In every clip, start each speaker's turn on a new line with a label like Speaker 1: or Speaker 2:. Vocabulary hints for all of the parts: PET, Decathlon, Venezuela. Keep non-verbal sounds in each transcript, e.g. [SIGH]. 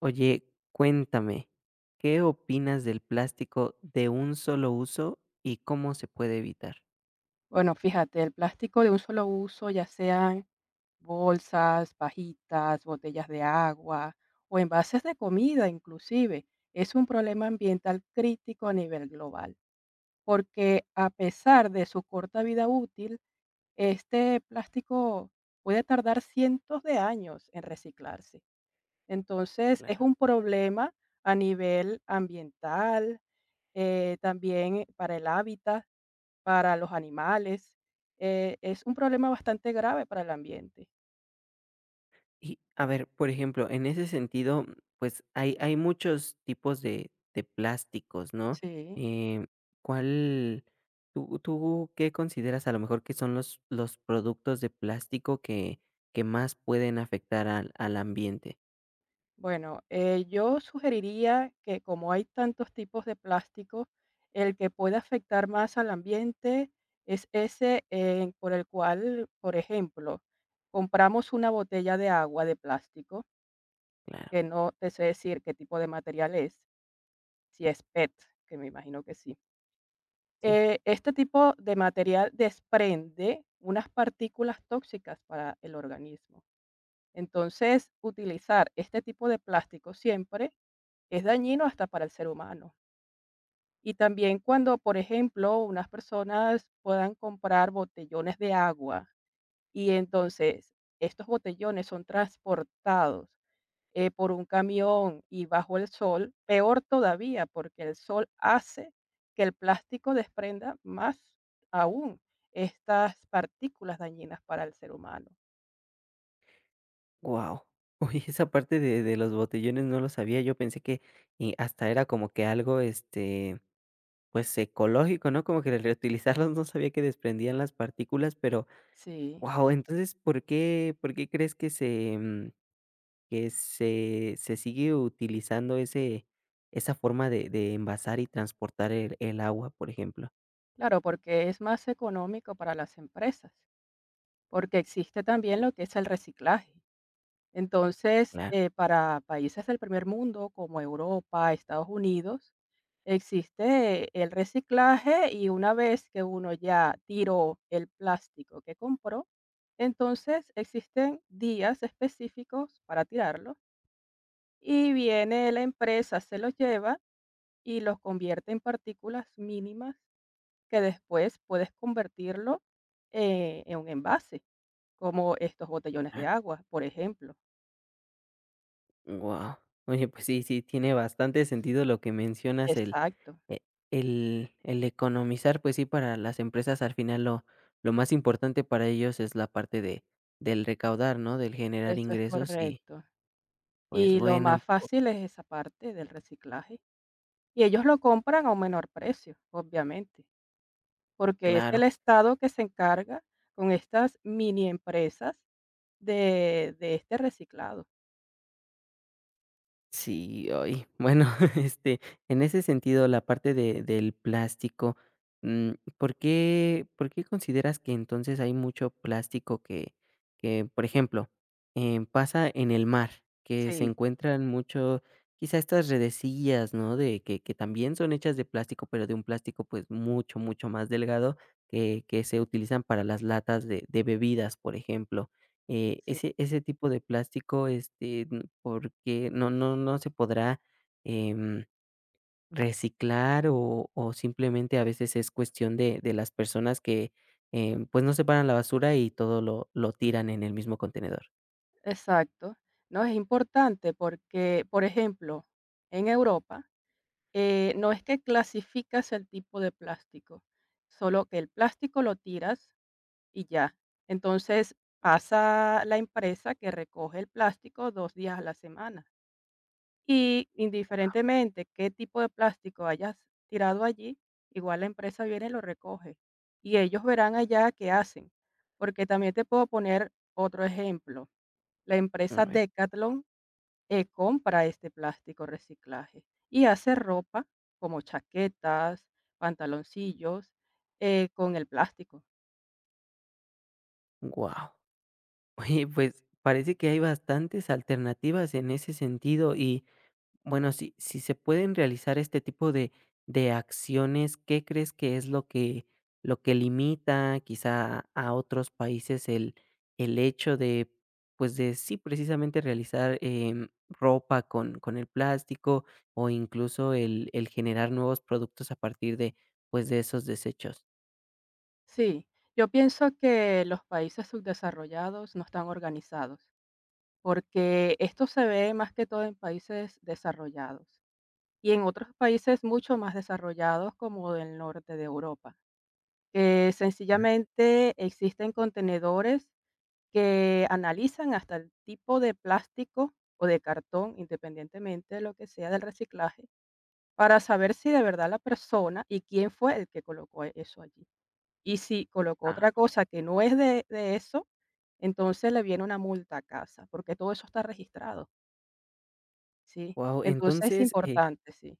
Speaker 1: Oye, cuéntame, ¿qué opinas del plástico de un solo uso y cómo se puede evitar?
Speaker 2: Bueno, fíjate, el plástico de un solo uso, ya sean bolsas, pajitas, botellas de agua o envases de comida inclusive, es un problema ambiental crítico a nivel global, porque a pesar de su corta vida útil, este plástico puede tardar cientos de años en reciclarse. Entonces, es
Speaker 1: Claro.
Speaker 2: un problema a nivel ambiental, también para el hábitat para los animales, es un problema bastante grave para el ambiente.
Speaker 1: Y a ver, por ejemplo, en ese sentido, pues hay muchos tipos de plásticos, ¿no?
Speaker 2: Sí.
Speaker 1: Eh, ¿Cuál, tú qué consideras a lo mejor que son los productos de plástico que más pueden afectar al ambiente?
Speaker 2: Bueno, yo sugeriría que, como hay tantos tipos de plástico, el que puede afectar más al ambiente es ese, por el cual, por ejemplo, compramos una botella de agua de plástico,
Speaker 1: Claro,
Speaker 2: que no te sé decir qué tipo de material es, si es PET, que me imagino que sí.
Speaker 1: sí.
Speaker 2: Este tipo de material desprende unas partículas tóxicas para el organismo. Entonces, utilizar este tipo de plástico siempre es dañino hasta para el ser humano. Y también cuando, por ejemplo, unas personas puedan comprar botellones de agua y entonces estos botellones son transportados, por un camión y bajo el sol, peor todavía, porque el sol hace que el plástico desprenda más aún estas partículas dañinas para el ser humano.
Speaker 1: Wow, [LAUGHS] oye, esa parte de los botellones no lo sabía. Yo pensé que, hasta era como que algo, este, pues, ecológico, ¿no? Como que el reutilizarlos, no sabía que desprendían las partículas, pero,
Speaker 2: Sí,
Speaker 1: wow. Entonces, ¿por qué crees que se, que se sigue utilizando ese, esa forma de envasar y transportar el agua, por ejemplo?
Speaker 2: claro, porque es más económico para las empresas, porque existe también lo que es el reciclaje. Entonces,
Speaker 1: Claro.
Speaker 2: para países del primer mundo, como Europa, Estados Unidos, existe el reciclaje, y una vez que uno ya tiró el plástico que compró, entonces existen días específicos para tirarlo, y viene la empresa, se los lleva y los convierte en partículas mínimas que después puedes convertirlo, en un envase, como estos botellones de agua, por ejemplo.
Speaker 1: Wow, oye, pues sí, sí, tiene bastante sentido lo que mencionas,
Speaker 2: Exacto.
Speaker 1: eh, el economizar, pues sí, para las empresas al final lo más importante para ellos es la parte de, del recaudar, ¿no? Del generar
Speaker 2: Eso es
Speaker 1: ingresos y
Speaker 2: correcto.
Speaker 1: pues
Speaker 2: Y lo
Speaker 1: bueno,
Speaker 2: más fácil es esa parte del reciclaje. Y ellos lo compran a un menor precio, obviamente, porque es el
Speaker 1: claro.
Speaker 2: Estado que se encarga con estas mini empresas de este reciclado.
Speaker 1: Sí, hoy, bueno, [LAUGHS] este, en ese sentido, la parte de del plástico, mm, ¿por qué consideras que entonces hay mucho plástico que, por ejemplo, pasa en el mar, que se
Speaker 2: Sí,
Speaker 1: encuentran mucho, quizá estas redecillas, ¿no? De que también son hechas de plástico, pero de un plástico, pues, mucho más delgado que se utilizan para las latas de bebidas, por ejemplo.
Speaker 2: sí,
Speaker 1: Ese ese tipo de plástico, este, porque no se podrá, em, reciclar o simplemente a veces es cuestión de las personas que, pues, no separan la basura y todo lo tiran en el mismo contenedor.
Speaker 2: exacto. No es importante porque, por ejemplo, en Europa, no es que clasificas el tipo de plástico, solo que el plástico lo tiras. Y ya. Entonces, pasa la empresa que recoge el plástico 2 días a la semana. Y indiferentemente qué tipo de plástico hayas tirado allí, igual la empresa viene y lo recoge. Y ellos verán allá qué hacen. Porque también te puedo poner otro ejemplo. La
Speaker 1: A
Speaker 2: empresa
Speaker 1: ver,
Speaker 2: Decathlon, compra este plástico reciclaje y hace ropa como chaquetas, pantaloncillos, con el plástico.
Speaker 1: guau. [LAUGHS] Oye, pues, parece que hay bastantes alternativas en ese sentido y bueno, si se pueden realizar este tipo de acciones, ¿qué crees que es lo que limita quizá a otros países el hecho de, pues, de sí, precisamente realizar, ropa con el plástico o incluso el generar nuevos productos a partir de, pues, de esos desechos?
Speaker 2: Sí, yo pienso que los países subdesarrollados no están organizados, porque esto se ve más que todo en países desarrollados y en otros países mucho más desarrollados, como del norte de Europa, que sencillamente existen contenedores que analizan hasta el tipo de plástico o de cartón, independientemente de lo que sea del reciclaje, para saber si de verdad la persona y quién fue el que colocó eso allí. Y si colocó
Speaker 1: Ah,
Speaker 2: otra cosa que no es de eso, entonces le viene una multa a casa, porque todo eso está registrado, ¿sí?
Speaker 1: guau.
Speaker 2: Entonces es
Speaker 1: Entonces,
Speaker 2: importante, sí.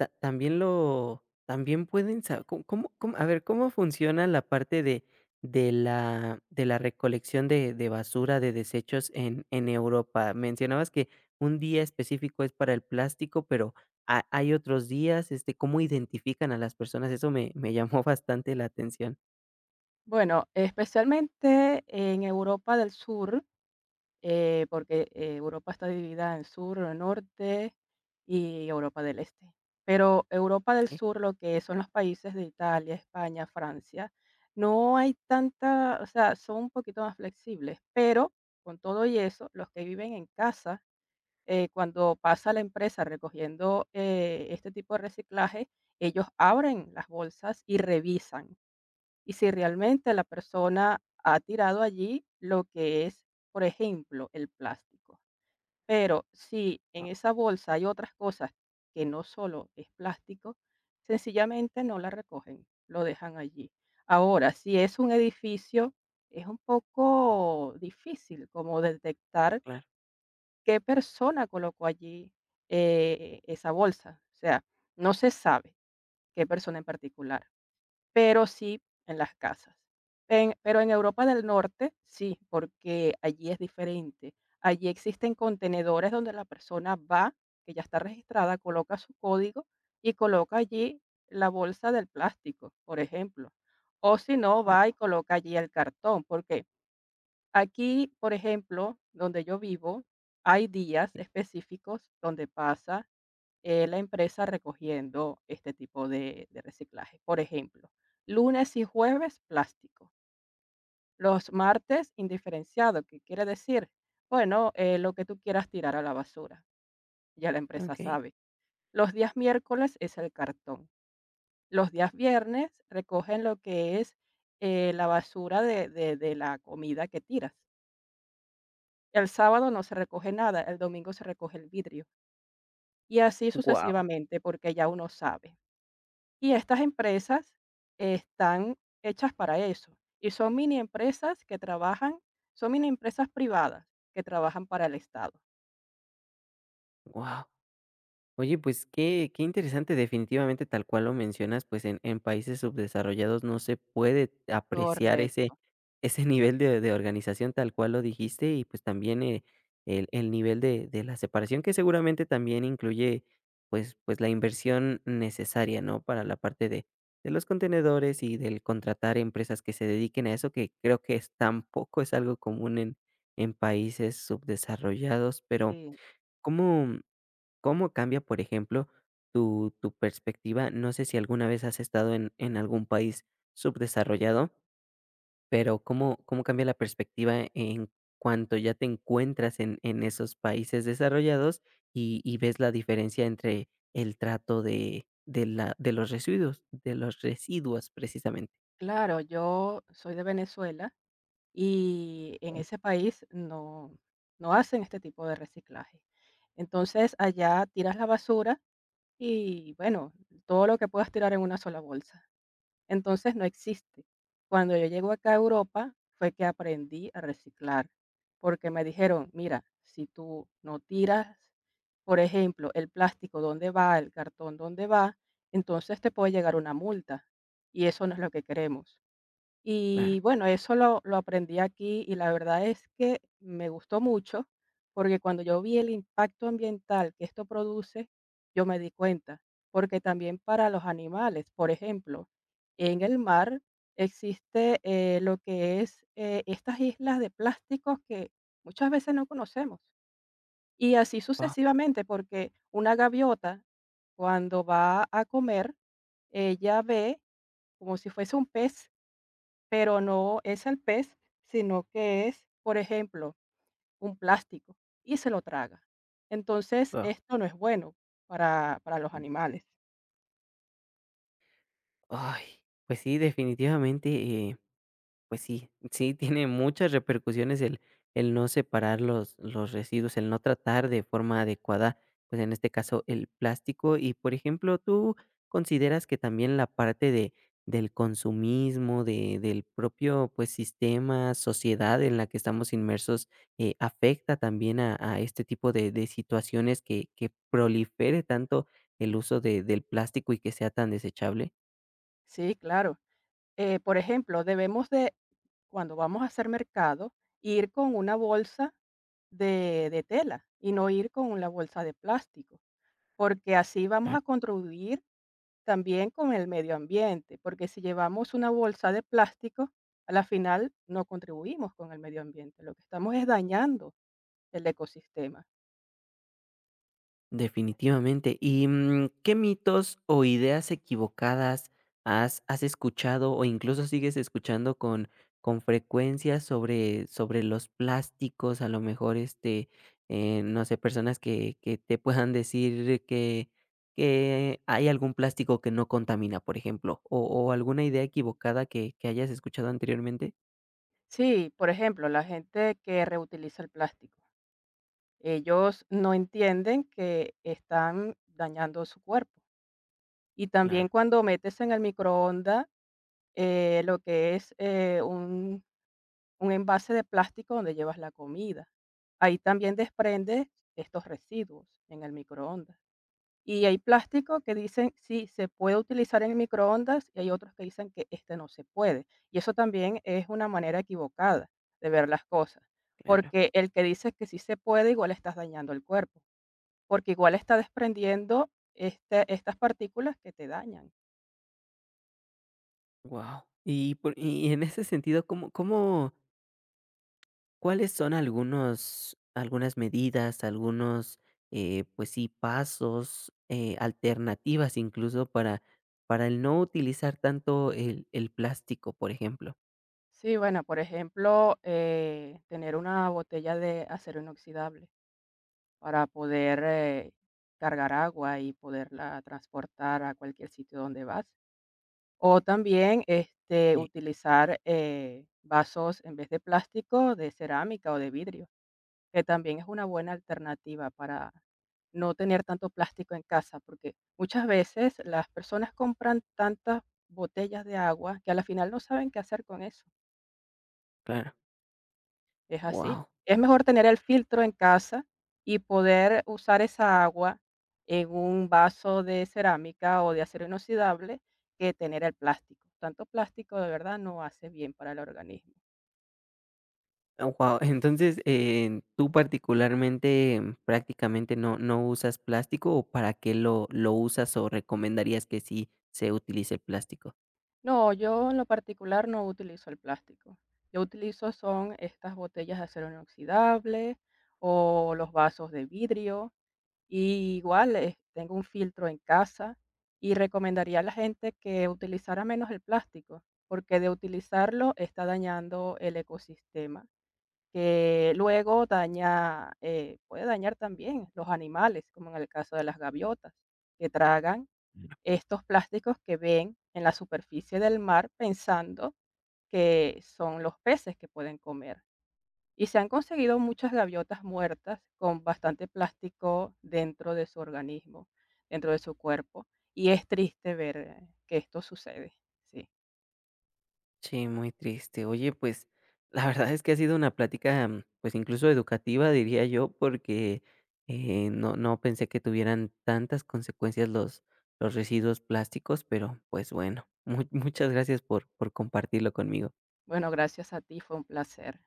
Speaker 1: ta también lo también pueden saber, ¿cómo? A ver, ¿cómo funciona la parte de la recolección de basura, de desechos en Europa? Mencionabas que un día específico es para el plástico, pero, ¿ha hay otros días? Este, ¿cómo identifican a las personas? Eso me llamó [LAUGHS] bastante la atención.
Speaker 2: Bueno, especialmente en Europa del Sur, porque Europa está dividida en sur, norte y Europa del Este. Pero Europa del
Speaker 1: Sí,
Speaker 2: Sur, lo que son los países de Italia, España, Francia, no hay tanta, o sea, son un poquito más flexibles, pero con todo y eso, los que viven en casa, cuando pasa la empresa recogiendo, este tipo de reciclaje, ellos abren las bolsas y revisan. Y si realmente la persona ha tirado allí lo que es, por ejemplo, el plástico. Pero si en
Speaker 1: ah,
Speaker 2: esa bolsa hay otras cosas que no solo es plástico, sencillamente no la recogen, lo dejan allí. Ahora, si es un edificio, es un poco difícil como detectar
Speaker 1: claro,
Speaker 2: qué persona colocó allí, esa bolsa. O sea, no se sabe qué persona en particular, pero sí en las casas. En, pero en Europa del Norte sí, porque allí es diferente. Allí existen contenedores donde la persona va, que ya está registrada, coloca su código y coloca allí la bolsa del plástico, por ejemplo. O si no,
Speaker 1: gua,
Speaker 2: va y coloca allí el cartón, porque aquí, por ejemplo, donde yo vivo, hay días específicos donde pasa, la empresa recogiendo este tipo de reciclaje. Por ejemplo, lunes y jueves plástico, los martes indiferenciado, que quiere decir, bueno, lo que tú quieras tirar a la basura, ya la empresa
Speaker 1: okey.
Speaker 2: sabe. Los días miércoles es el cartón. Los días viernes recogen lo que es, la basura de la comida que tiras. El sábado no se recoge nada, el domingo se recoge el vidrio, y así
Speaker 1: Wow,
Speaker 2: sucesivamente, porque ya uno sabe. Y estas empresas están hechas para eso, y son mini empresas que trabajan, son mini empresas privadas que trabajan para el Estado.
Speaker 1: guau. Oye, pues qué, qué interesante, definitivamente tal cual lo mencionas, pues en países subdesarrollados no se puede apreciar ese,
Speaker 2: Correcto,
Speaker 1: ese nivel de organización tal cual lo dijiste y pues también el nivel de la separación que seguramente también incluye pues, pues la inversión necesaria, ¿no? Para la parte de los contenedores y del contratar empresas que se dediquen a eso, que creo que es, tampoco es algo común en países subdesarrollados, pero
Speaker 2: sí.
Speaker 1: ¿cómo? ¿Cómo cambia, por ejemplo, tu perspectiva? No sé si alguna vez has estado en algún país subdesarrollado, pero, ¿cómo cambia la perspectiva en cuanto ya te encuentras en esos países desarrollados y ves la diferencia entre el trato de los residuos de los residuos precisamente?
Speaker 2: Claro, yo soy de Venezuela, y en
Speaker 1: Okey.
Speaker 2: ese país no, no hacen este tipo de reciclaje. Entonces, allá tiras la basura y, bueno, todo lo que puedas tirar en una sola bolsa. Entonces no existe. Cuando yo llego acá a Europa fue que aprendí a reciclar, porque me dijeron: mira, si tú no tiras, por ejemplo, el plástico, ¿dónde va? El cartón, ¿dónde va? Entonces te puede llegar una multa, y eso no es lo que queremos.
Speaker 1: Claro.
Speaker 2: Y bueno, eso lo aprendí aquí, y la verdad es que me gustó mucho, porque cuando yo vi el impacto ambiental que esto produce, yo me di cuenta, porque también para los animales, por ejemplo, en el mar existe, lo que es, estas islas de plásticos que muchas veces no conocemos. Y así
Speaker 1: Guau,
Speaker 2: sucesivamente, porque una gaviota, cuando va a comer, ella ve como si fuese un pez, pero no es el pez, sino que es, por ejemplo, un plástico, y se lo traga. Entonces,
Speaker 1: guau.
Speaker 2: esto no es bueno para los animales.
Speaker 1: Ay, pues sí, definitivamente, pues sí, sí, tiene muchas repercusiones el no separar los residuos, el no tratar de forma adecuada, pues, en este caso, el plástico. Y, por ejemplo, ¿tú consideras que también la parte de del consumismo, de del propio, pues, sistema, sociedad en la que estamos inmersos, afecta también a este tipo de situaciones que prolifere tanto el uso de del plástico y que sea tan desechable?
Speaker 2: Sí, claro. Por ejemplo, debemos de, cuando vamos a hacer mercado, ir con una bolsa de tela y no ir con la bolsa de plástico, porque así vamos a contribuir también con el medio ambiente, porque si llevamos una bolsa de plástico, a la final no contribuimos con el medio ambiente, lo que estamos es dañando el ecosistema.
Speaker 1: Definitivamente. ¿Y qué mitos o ideas equivocadas has, has escuchado o incluso sigues escuchando con frecuencia sobre, sobre los plásticos? A lo mejor, este, no sé, personas que te puedan decir que hay algún plástico que no contamina, por ejemplo, o alguna idea equivocada que hayas escuchado anteriormente.
Speaker 2: Sí, por ejemplo, la gente que reutiliza el plástico, ellos no entienden que están dañando su cuerpo. Y también
Speaker 1: Claro,
Speaker 2: cuando metes en el microondas, lo que es, un envase de plástico donde llevas la comida, ahí también desprendes estos residuos en el microondas. Y hay plástico que dicen, sí, se puede utilizar en microondas, y hay otros que dicen que este no se puede. Y eso también es una manera equivocada de ver las cosas,
Speaker 1: claro.
Speaker 2: porque el que dice que sí se puede, igual estás dañando el cuerpo, porque igual está desprendiendo este, estas partículas que te dañan.
Speaker 1: Wow. Y, por- y en ese sentido, ¿cómo, cómo? ¿Cuáles son algunos algunas medidas, algunos, pues sí, pasos, alternativas incluso para el no utilizar tanto el plástico, por ejemplo?
Speaker 2: Sí, bueno, por ejemplo, tener una botella de acero inoxidable para poder, cargar agua y poderla transportar a cualquier sitio donde vas. O también, este,
Speaker 1: Y
Speaker 2: utilizar, vasos en vez de plástico, de cerámica o de vidrio, que también es una buena alternativa para no tener tanto plástico en casa, porque muchas veces las personas compran tantas botellas de agua que a la final no saben qué hacer con eso.
Speaker 1: claro,
Speaker 2: Es así.
Speaker 1: wow,
Speaker 2: Es mejor tener el filtro en casa y poder usar esa agua en un vaso de cerámica o de acero inoxidable que tener el plástico. Tanto plástico de verdad no hace bien para el organismo.
Speaker 1: wow. [LAUGHS] Entonces, ¿tú particularmente prácticamente no usas plástico o para qué lo usas o recomendarías que sí se utilice el plástico?
Speaker 2: No, yo en lo particular no utilizo el plástico. Yo utilizo son estas botellas de acero inoxidable o los vasos de vidrio. Y igual, tengo un filtro en casa, y recomendaría a la gente que utilizara menos el plástico, porque de utilizarlo está dañando el ecosistema, que luego daña, puede dañar también los animales, como en el caso de las gaviotas, que tragan estos plásticos que ven en la superficie del mar, pensando que son los peces que pueden comer. Y se han conseguido muchas gaviotas muertas con bastante plástico dentro de su organismo, dentro de su cuerpo. Y es triste ver, que esto sucede. Sí.
Speaker 1: Sí, muy triste. Oye, pues, la verdad es que ha sido una plática, mm, pues, incluso educativa, diría yo, porque, no pensé que tuvieran tantas consecuencias los residuos plásticos, pero, pues, bueno, mu muchas gracias por compartirlo conmigo.
Speaker 2: Bueno, gracias a ti, fue un placer.